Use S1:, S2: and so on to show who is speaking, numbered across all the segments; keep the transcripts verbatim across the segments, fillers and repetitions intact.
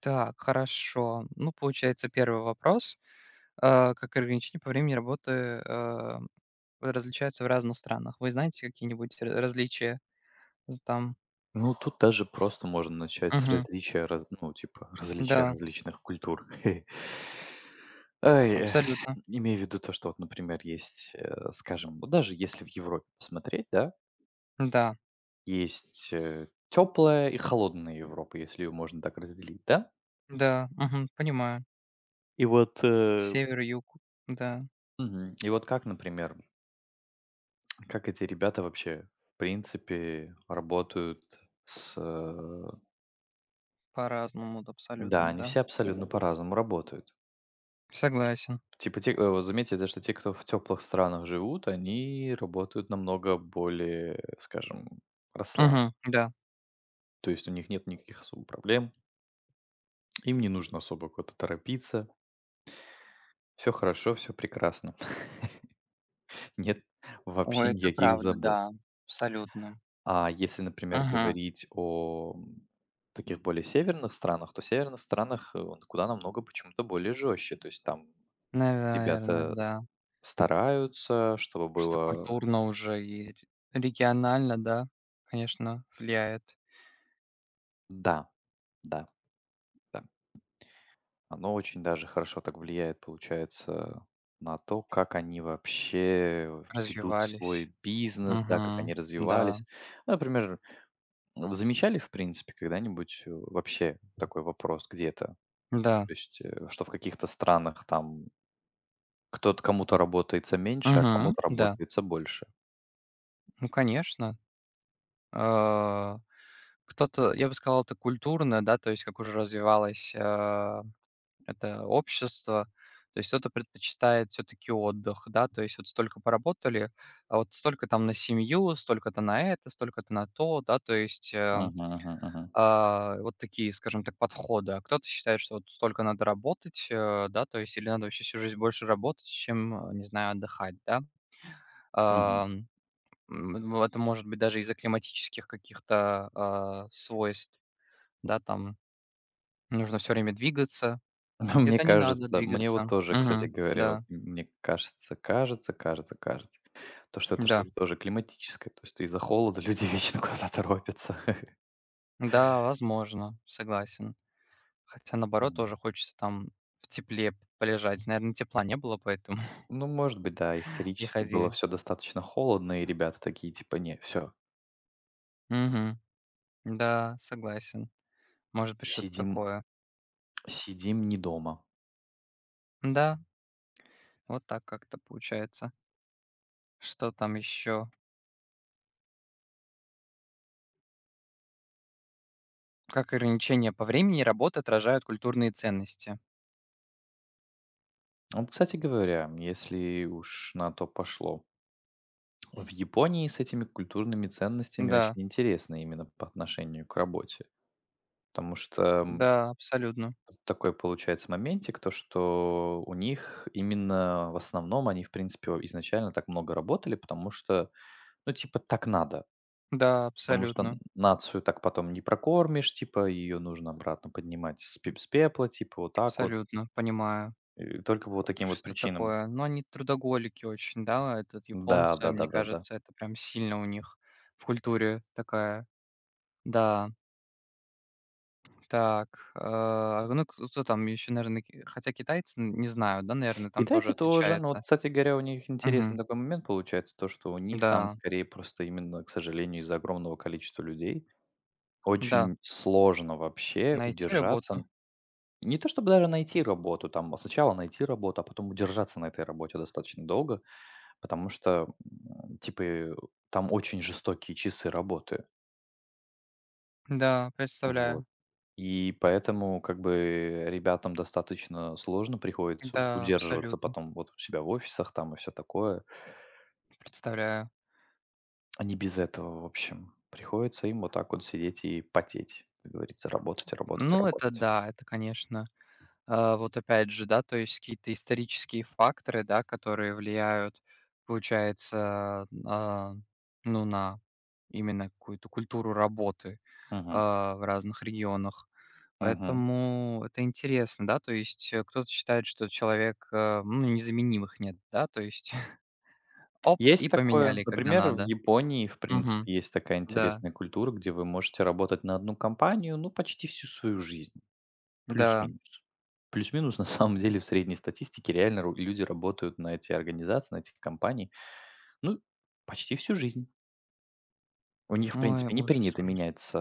S1: Так, хорошо. Ну, получается, первый вопрос. Э, как ограничения по времени работы э, различаются в разных странах? Вы знаете какие-нибудь р- различия з- там?
S2: Ну, тут даже просто можно начать с
S1: Мгм.
S2: различия, раз, ну, типа, различия
S1: Да,
S2: различных культур. Ай, эх,
S1: абсолютно.
S2: имею в виду то, что вот, например, есть, э, скажем, вот даже если в Европе посмотреть, да,
S1: Да,
S2: есть теплая и холодная Европа, если ее можно так разделить, да?
S1: да, мгм, понимаю. Север, юг, да,
S2: Мгм. И вот как, например, как эти ребята вообще, в принципе, работают с... э,
S1: по-разному, да,
S2: да,
S1: абсолютно,
S2: они
S1: да.
S2: все абсолютно по-разному работают.
S1: Согласен.
S2: Типа те, э, вот заметьте, да, что те, кто в теплых странах живут, они работают намного более, скажем, расслаб.
S1: Мгм, да.
S2: То есть у них нет никаких особо проблем, им не нужно особо куда-то торопиться. Все хорошо, все прекрасно. Нет вообще
S1: Ой, это
S2: никаких
S1: правда,
S2: забот.
S1: да, абсолютно.
S2: А если, например,
S1: Угу.
S2: говорить о м, таких более северных странах, то в северных странах э, он куда намного почему-то более жестче. То есть там
S1: Наверное,
S2: ребята
S1: да.
S2: стараются, чтобы
S1: Что
S2: было...
S1: культурно уже и регионально, да, конечно, влияет.
S2: Да, да, да. Оно очень даже хорошо так влияет, получается, на то, как они вообще ведут
S1: Развивались.
S2: свой бизнес, да, как
S1: Мгм.
S2: они
S1: Да.
S2: развивались. Ну, например, вы замечали, в принципе, когда-нибудь э, вообще такой вопрос где-то?
S1: Да.
S2: То есть, э, что в каких-то странах там кто-то кому-то работается меньше, а
S1: Мгм.
S2: кому-то
S1: Да.
S2: работается больше.
S1: Ну, конечно. А, кто-то, я бы сказал, это культурно, да, то есть как уже развивалось, а, это общество. То есть кто-то предпочитает все-таки отдых, да, то есть вот столько поработали, а вот столько там на семью, столько-то на это, столько-то на то, да, то есть э,
S2: Мгм, мгм, мгм.
S1: А, вот такие, скажем так, подходы. А кто-то считает, что вот столько надо работать, э, да, то есть или надо вообще всю жизнь больше работать, чем, э, не знаю, отдыхать, да.
S2: Мгм.
S1: Ам, м, в это может быть даже из-за климатических каких-то, а, свойств, да, там нужно все время двигаться,
S2: Ну,
S1: а
S2: мне
S1: где-то не надо
S2: кажется, мне вот
S1: двигаться.
S2: тоже, кстати
S1: Мгм.
S2: говоря, вот
S1: Да,
S2: мне кажется, кажется, кажется, кажется, то, что это
S1: да,
S2: что-то тоже климатическое. То есть из-за холода люди вечно куда-то торопятся.
S1: да, возможно, согласен. Хотя, наоборот,
S2: М.
S1: тоже хочется там в тепле полежать. Наверное, тепла не было, поэтому
S2: Ну, может быть, да,
S1: и
S2: исторически было
S1: ходили.
S2: все достаточно холодно, и ребята такие типа: "Не, все
S1: Мгм. Да, согласен. Может быть, что-то
S2: сидим
S1: такое.
S2: сидим не дома".
S1: Да, вот так как-то получается. Что там еще? Как ограничения по времени работы отражают культурные ценности?
S2: Вот, кстати говоря, если уж на то пошло, в Японии с этими культурными ценностями
S1: Да,
S2: очень интересно именно по отношению к работе. Потому что
S1: да, абсолютно.
S2: вот такой получается моментик, то что у них именно в основном они, в принципе, о изначально так много работали, потому что, ну, типа, так надо.
S1: Да,
S2: Потому что н
S1: абсолютно,
S2: нацию так потом не прокормишь, типа, ее нужно обратно поднимать с пеп с пепла, типа, вот так вот.
S1: абсолютно, понимаю,
S2: И только по вот таким вот
S1: что
S2: причинам.
S1: такое. Но они трудоголики очень, да, этот
S2: Да,
S1: японцы, мне
S2: да-да-да-да.
S1: кажется, это прям сильно у них в культуре такая. Да, так, э, ну кто там еще, наверное, хотя китайцы, н- не знаю, да, наверное, там тоже
S2: Китайцы тоже, ну, вот,
S1: отличается.
S2: кстати говоря, у них
S1: Мгм.
S2: интересный такой момент получается, то что у них там
S1: Да,
S2: скорее просто именно, к сожалению, из-за огромного количества людей
S1: да,
S2: очень сложно вообще
S1: найти
S2: удержаться.
S1: работу.
S2: Не то чтобы даже найти работу, там, а сначала найти работу, а потом удержаться на этой работе достаточно долго, потому что, м, типа, э, там очень жестокие часы работы.
S1: Да,
S2: Вот.
S1: представляю.
S2: И поэтому, как бы, ребятам достаточно сложно приходится
S1: Да,
S2: удерживаться
S1: абсолютно,
S2: потом вот у себя в офисах там и все такое.
S1: представляю.
S2: Они без этого, в общем. Приходится им вот так вот сидеть и потеть, как говорится, работать, работать,
S1: Ну, это
S2: работать.
S1: да, это, конечно, э, вот опять же, да, то есть какие-то исторические факторы, да, которые влияют, получается, а, ну, на именно какую-то культуру работы,
S2: Мгм.
S1: а, в разных регионах.
S2: Мгм.
S1: Поэтому это интересно, да, то есть, э, кто-то считает, что человек, э, ну, незаменимых нет, да, то есть оп, и
S2: Есть такое.
S1: поменяли, когда
S2: Например, в
S1: надо.
S2: Японии, в принципе, есть такая
S1: Да,
S2: интересная культура, где вы можете работать на одну компанию, ну, почти всю свою жизнь.
S1: да.
S2: Плюс-минус. Плюс-минус, на самом деле, в средней статистике реально ру- люди работают на эти организации, на этих компании, ну, почти всю жизнь. У них, в
S1: Ой,
S2: принципе, не
S1: ужас,
S2: принято
S1: ужас.
S2: менять,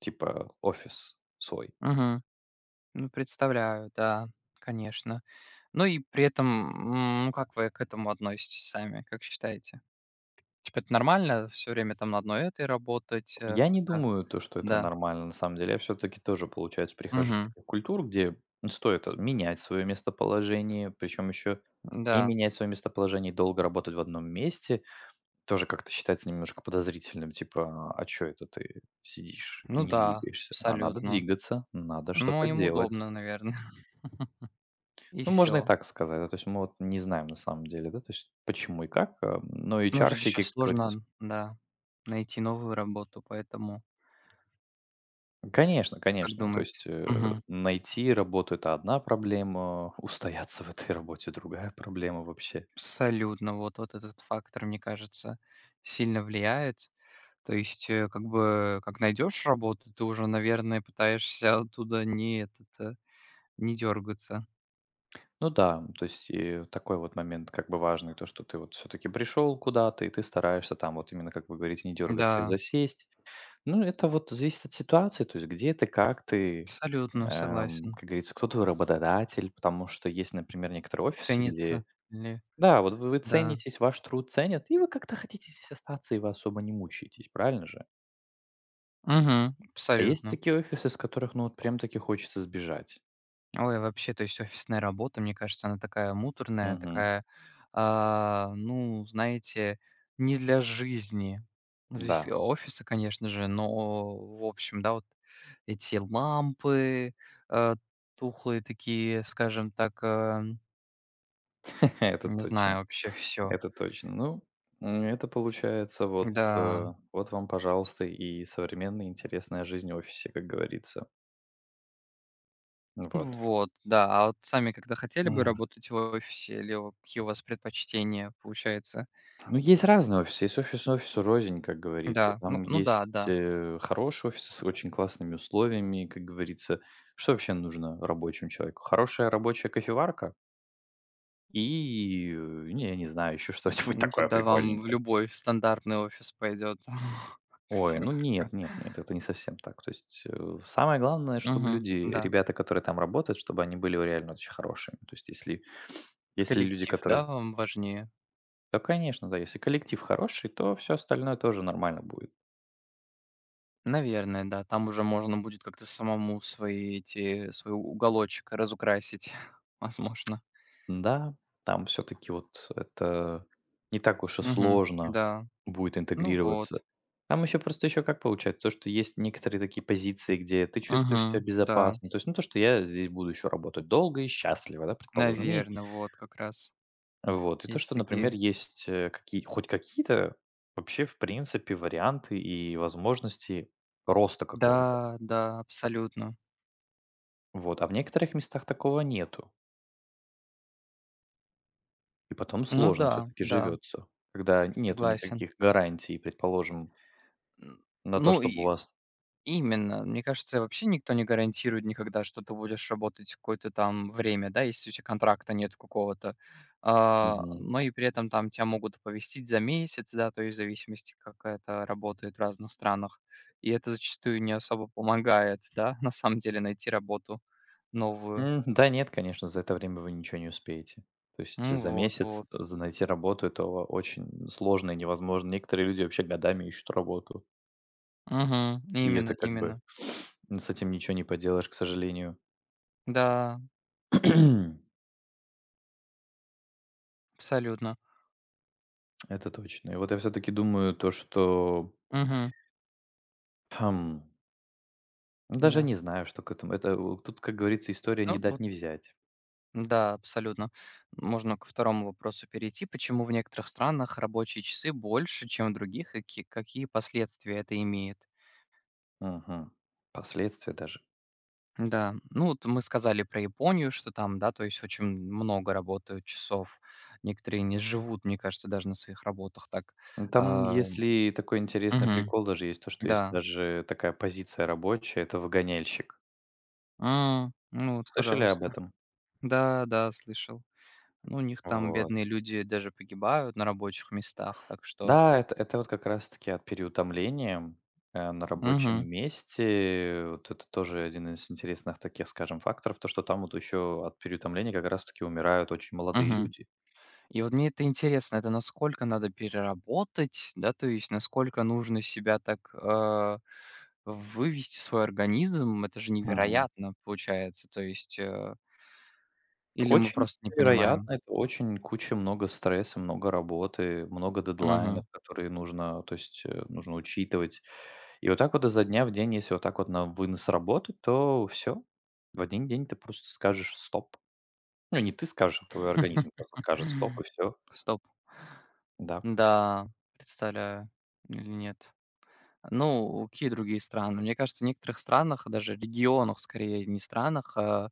S2: типа, офис свой.
S1: Мгм. Ну, представляю, да, конечно. Ну и при этом, м, ну, как вы к этому относитесь сами, как считаете? Типа это нормально все время там на одной этой работать, э,
S2: Я не
S1: как-то?
S2: думаю, то, что это
S1: Да.
S2: нормально, на самом деле. Я все-таки тоже, получается, прихожу с
S1: Мгм.
S2: таких культур, где стоит менять свое местоположение, причем еще и
S1: Да.
S2: менять свое местоположение, и долго работать в одном месте, тоже как-то считается немножко подозрительным, типа, а что это ты сидишь и
S1: Ну
S2: не
S1: да,
S2: двигаешься? А надо
S1: абсолютно.
S2: двигаться, надо
S1: Ну,
S2: что-то
S1: им
S2: делать.
S1: удобно, наверное, и
S2: Ну, можно и
S1: всё.
S2: так сказать, да, то есть мы вот не знаем на самом деле, да, то есть почему и как, а, но и
S1: Может, еще
S2: чарщики, как говорится.
S1: сложно, да, найти новую работу, поэтому,
S2: Конечно,
S1: как
S2: конечно. То
S1: думаете?
S2: есть, э, найти работу- это одна проблема, устояться в этой работе- другая проблема вообще.
S1: Абсолютно. Вот вот этот фактор, мне кажется, сильно влияет. То есть, э, как бы, как найдешь работу, ты уже, наверное, пытаешься оттуда не этот, э, не дергаться.
S2: Ну да, то есть и такой вот момент как бы важный, то, что ты вот все таки пришел куда-то, и ты стараешься там вот именно, как вы говорите, не дергаться и
S1: Да,
S2: засесть. Ну, это вот зависит от ситуации, то есть где ты, как ты,
S1: абсолютно
S2: эм,
S1: согласен.
S2: как говорится, кто твой работодатель. Потому что есть, например, некоторые офисы, где
S1: Ценится ли,
S2: да, вот вы вы
S1: да.
S2: ценитесь, ваш труд ценят, и вы как-то хотите здесь остаться, и вы особо не мучаетесь, правильно же?
S1: Мгм,
S2: А есть
S1: абсолютно.
S2: такие офисы, из которых, ну, вот прям таки хочется сбежать?
S1: Ой, вообще, то есть офисная работа, мне кажется, она такая муторная,
S2: Мгм.
S1: такая, а, ну, знаете, не для жизни. Завис
S2: Да,
S1: офиса, конечно же, но, в общем, да, вот эти лампы, э, тухлые такие, скажем так, э,
S2: это
S1: не знаю,
S2: точно,
S1: вообще все.
S2: это точно. Ну, м, это получается вот,
S1: Да.
S2: э, вот вам, пожалуйста, и современная интересная жизнь в офисе, как говорится. Вот.
S1: Вот, да. А вот сами когда хотели бы
S2: М,
S1: работать в офисе или о какие у вас предпочтения, получается?
S2: ну, есть разные офисы. Есть офис офису рознь, как говорится.
S1: Да, ну
S2: Там
S1: ну да,
S2: есть,
S1: да.
S2: э, хорошие офисы с очень классными условиями, как говорится. Что вообще нужно рабочему человеку? Хорошая рабочая кофеварка и, э, не, я не знаю, еще что-нибудь
S1: Ну,
S2: такое
S1: тогда вам в
S2: прикольненькое.
S1: любой стандартный офис пойдет.
S2: Ой, ну нет, нет, нет, это не совсем так. То есть э, самое главное, чтобы
S1: Мгм.
S2: люди,
S1: Да.
S2: ребята, которые там работают, чтобы они были реально очень хорошими. То есть если, если люди,
S1: Коллектив, да,
S2: которые...
S1: вам важнее?
S2: Да, конечно, да, если коллектив хороший, то все остальное тоже нормально будет.
S1: Наверное, да. Там уже можно будет как-то самому свои эти свой уголочек разукрасить, возможно.
S2: Да, там все-таки вот это не так уж и
S1: Мгм.
S2: сложно
S1: Да.
S2: будет
S1: Ну вот.
S2: интегрироваться. Там еще просто еще как получается, то, что есть некоторые такие позиции, где ты чувствуешь себя
S1: Мгм. Да.
S2: безопасно. То есть, ну, то, что я здесь буду еще работать долго и счастливо, да, предположим. И
S1: Наверное, вот как раз.
S2: Вот. И то,
S1: Есть
S2: что, например,
S1: такие.
S2: есть, э, какие хоть какие-то вообще, в принципе, варианты и возможности роста какого-то.
S1: Да, да, абсолютно.
S2: Вот. А в некоторых местах такого нету. И потом
S1: Ну
S2: сложно все
S1: да,
S2: таки
S1: да,
S2: живется, когда нету
S1: согласен.
S2: никаких гарантий, предположим,
S1: Н
S2: на то,
S1: ну
S2: чтобы у
S1: и
S2: вас...
S1: Именно. Мне кажется, вообще никто не гарантирует никогда, что ты будешь работать какое-то там время, да, если у тебя контракта нет какого-то. А,
S2: Мгм.
S1: но и при этом там тебя могут оповестить за месяц, да, то есть в зависимости, как это работает в разных странах. И это зачастую не особо помогает, да, на самом деле найти работу новую.
S2: М, да нет, конечно, за это время вы ничего не успеете. То есть
S1: Ну
S2: за
S1: вот,
S2: месяц
S1: вот.
S2: э, за найти работу- это о очень сложно и невозможно. Некоторые люди вообще годами ищут работу,
S1: Мгм.
S2: и это
S1: Именно,
S2: как бы
S1: именно.
S2: с этим ничего не поделаешь, к сожалению.
S1: Да, абсолютно.
S2: Это точно. И вот я все-таки думаю то, что,
S1: Мгм.
S2: хм, даже
S1: Да.
S2: не знаю, что к этому. Это у- тут, как говорится, история
S1: Ну,
S2: не дать
S1: вот.
S2: не взять.
S1: Да, абсолютно. Можно ко второму вопросу перейти. Почему в некоторых странах рабочие часы больше, чем в других, и ки- какие последствия это имеет?
S2: Мгм. Последствия даже.
S1: Да, ну вот мы сказали про Японию, что там, да, то есть очень много работают часов. Некоторые не живут, мне кажется, даже на своих работах так.
S2: Ну, там,
S1: А,
S2: если такой интересный
S1: Мгм,
S2: прикол, даже есть то, что есть
S1: да.
S2: даже такая позиция рабочая, это выгоняльщик.
S1: М, ну вот,
S2: Слышали об
S1: пожалуйста.
S2: этом?
S1: Да, да, слышал. Ну, у них там
S2: Вот.
S1: бедные люди даже погибают на рабочих местах, так что...
S2: Да, это это вот как раз таки от переутомления, э, на рабочем
S1: Угу,
S2: месте. Вот это тоже один из интересных таких, скажем, факторов, то, что там вот еще от переутомления как раз таки умирают очень молодые
S1: угу.
S2: люди.
S1: И вот мне это интересно, это насколько надо переработать, да, то есть насколько нужно себя так э, вывести свой организм, это же
S2: Мгм.
S1: невероятно получается, то есть э, или мы
S2: Очень
S1: просто не понимаем.
S2: вероятно, это очень куча, много стресса, много работы, много
S1: Мгм.
S2: дедлайнов, которые нужно, то есть, э, нужно учитывать. И вот так вот изо дня в день, если вот так вот на вынос работать, то все. В один день ты просто скажешь: "Стоп". Ну, не ты скажешь, а твой организм просто скажет: "Стоп", и все.
S1: Стоп.
S2: Да.
S1: Да, представляю. Или нет. Ну, какие другие страны? Мне кажется, в некоторых странах, даже регионах, скорее, не странах, а,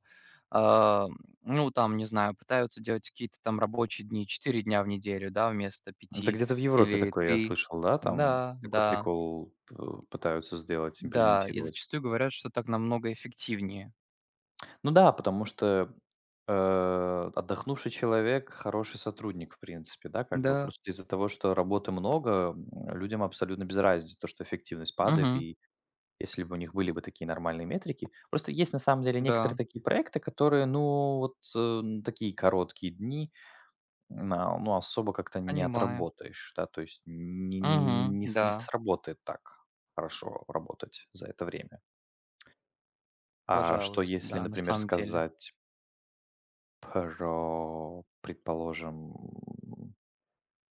S1: А, ну, там, не знаю, пытаются делать какие-то там рабочие дни четыре дня в неделю, да, вместо
S2: Это
S1: пяти
S2: где-то в Европе
S1: или
S2: такое я
S1: три.
S2: слышал, да, там
S1: Да,
S2: такой
S1: да,
S2: прикол п пытаются сделать,
S1: да. И
S2: имплементировать.
S1: зачастую говорят, что так намного эффективнее.
S2: Ну да, потому что, э, отдохнувший человек- хороший сотрудник, в принципе, да, как бы.
S1: Да,
S2: Просто из-за того, что работы много, м, людям абсолютно без разницы то, что эффективность падает.
S1: мгм,
S2: И если бы у них были бы такие нормальные метрики. Просто есть на самом деле некоторые
S1: да,
S2: такие проекты, которые, ну, вот, э, такие короткие дни, На ну, особо как-то не
S1: понимаю.
S2: отработаешь, да, то есть не не не
S1: Мгм,
S2: не с
S1: да,
S2: не сработает так хорошо работать за это время. А что
S1: пожалуйста,
S2: если,
S1: да, на
S2: например,
S1: самом деле.
S2: сказать про, предположим,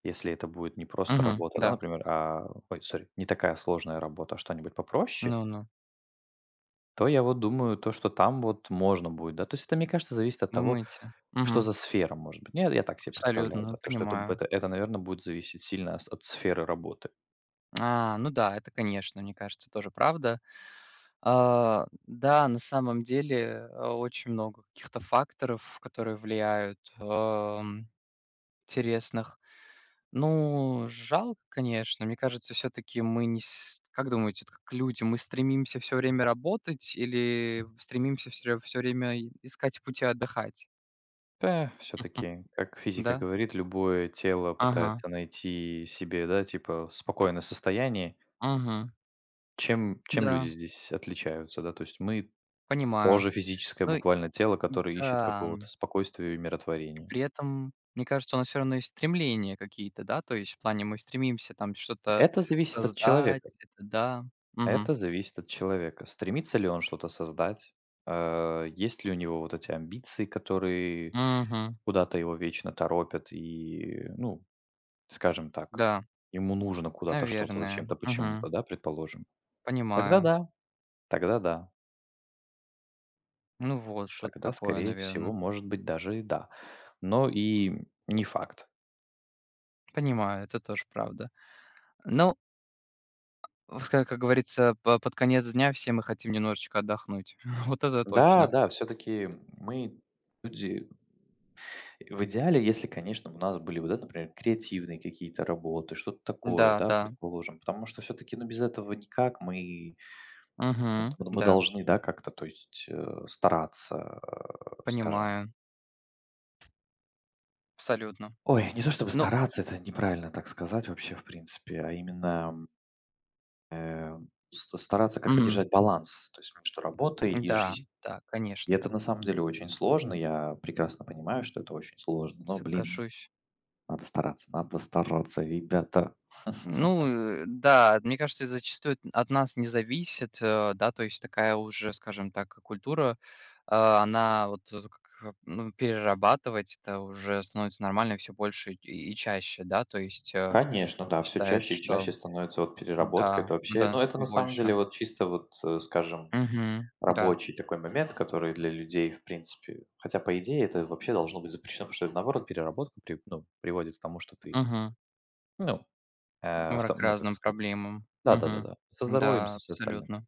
S2: если это будет не просто
S1: Мгм,
S2: работа, да,
S1: да.
S2: например, а, ой, сори, не такая сложная работа, а что-нибудь попроще,
S1: Ну-ну,
S2: то я вот думаю, то, что там вот можно будет, да. То есть это, мне кажется, зависит от того,
S1: думаете?
S2: что
S1: Мгм,
S2: за сфера может быть. Ну, я так себе представляю,
S1: абсолютно,
S2: да, то, что это б
S1: понимаю.
S2: это это, наверное будет зависеть сильно с от сферы работы.
S1: А, ну да, это, конечно, мне кажется, тоже правда. А, да, на самом деле, а, очень много каких-то факторов, которые влияют, ам, интересных. Ну, жалко, конечно. Мне кажется, все таки мы не с как думаете, вот как люди, мы стремимся все время работать или стремимся все время и искать пути отдыхать?
S2: Да, все-таки, как физика
S1: Да?
S2: говорит, любое тело
S1: Ага.
S2: пытается найти себе, да, типа спокойное состояние.
S1: Мгм.
S2: Чем, чем люди
S1: Да,
S2: здесь отличаются, да? То есть мы
S1: понимаю.
S2: тоже физическое
S1: Ну
S2: буквально тело, которое ищет
S1: да.
S2: какого-то спокойствия и
S1: И
S2: миротворения.
S1: при этом, мне кажется, у нас все равно есть стремления какие-то, да, то есть в плане мы стремимся там что-то
S2: Это зависит от человека.
S1: создать, это да. Мгм.
S2: Это зависит от человека. Стремится ли он что-то создать? Э, Есть ли у него вот эти амбиции, которые
S1: Мгм.
S2: куда-то его вечно торопят и, ну, скажем так,
S1: Да,
S2: ему нужно куда-то что-то,
S1: наверное.
S2: зачем-то, почему-то,
S1: Мгм.
S2: да, предположим. Тогда
S1: Понимаю.
S2: да, тогда да.
S1: Ну вот, что-то
S2: Тогда,
S1: такое,
S2: скорее всего,
S1: наверное.
S2: может быть, даже и да. Но и не факт.
S1: Понимаю, это тоже правда. Ну, в ка как говорится, по под конец дня все мы хотим немножечко отдохнуть. Вот это
S2: Да,
S1: точно.
S2: да, все-таки мы люди в идеале, если, конечно, у нас были, вот, да, например, креативные какие-то работы, что-то такое,
S1: Да,
S2: да,
S1: да.
S2: предположим, потому что все-таки, ну, без этого никак, мы, вот
S1: Угу,
S2: мы
S1: да,
S2: должны, да, как-то, то есть, э, стараться, э, скажем.
S1: понимаю. Абсолютно.
S2: Ой, не то чтобы
S1: Ну,
S2: стараться, это неправильно так сказать вообще, в принципе, а именно Э, с стараться как-то
S1: мгм.
S2: держать баланс, то есть между работой и
S1: Да,
S2: жизнью.
S1: да,
S2: И
S1: конечно.
S2: это на самом деле очень сложно. Я прекрасно понимаю, что это очень сложно, но, блин,
S1: Соглашусь.
S2: надо стараться, надо стараться, ребята.
S1: Ну, э, да, мне кажется, зачастую т от нас не зависит, э, да, то есть такая уже, скажем так, культура, а, она вот тут как, ну, перерабатывать это уже становится нормально все больше и и чаще, да, то есть, э,
S2: Конечно, да, все
S1: считается,
S2: чаще и
S1: что
S2: чаще становится вот переработка.
S1: да,
S2: Это вообще, ну,
S1: да,
S2: это на самом
S1: больше.
S2: деле вот чисто вот, э, скажем,
S1: Мгм, да,
S2: рабочий такой момент, который для людей, в принципе, хотя по идее это вообще должно быть запрещено, потому что это наоборот переработка при- ну, приводит к тому, что ты,
S1: мгм,
S2: ну, э, авто,
S1: к
S2: ну, как
S1: разным
S2: сказать,
S1: проблемам. Мгм.
S2: да-да-да-да, со здоровьем,
S1: Да,
S2: со всем
S1: абсолютно.
S2: остальным.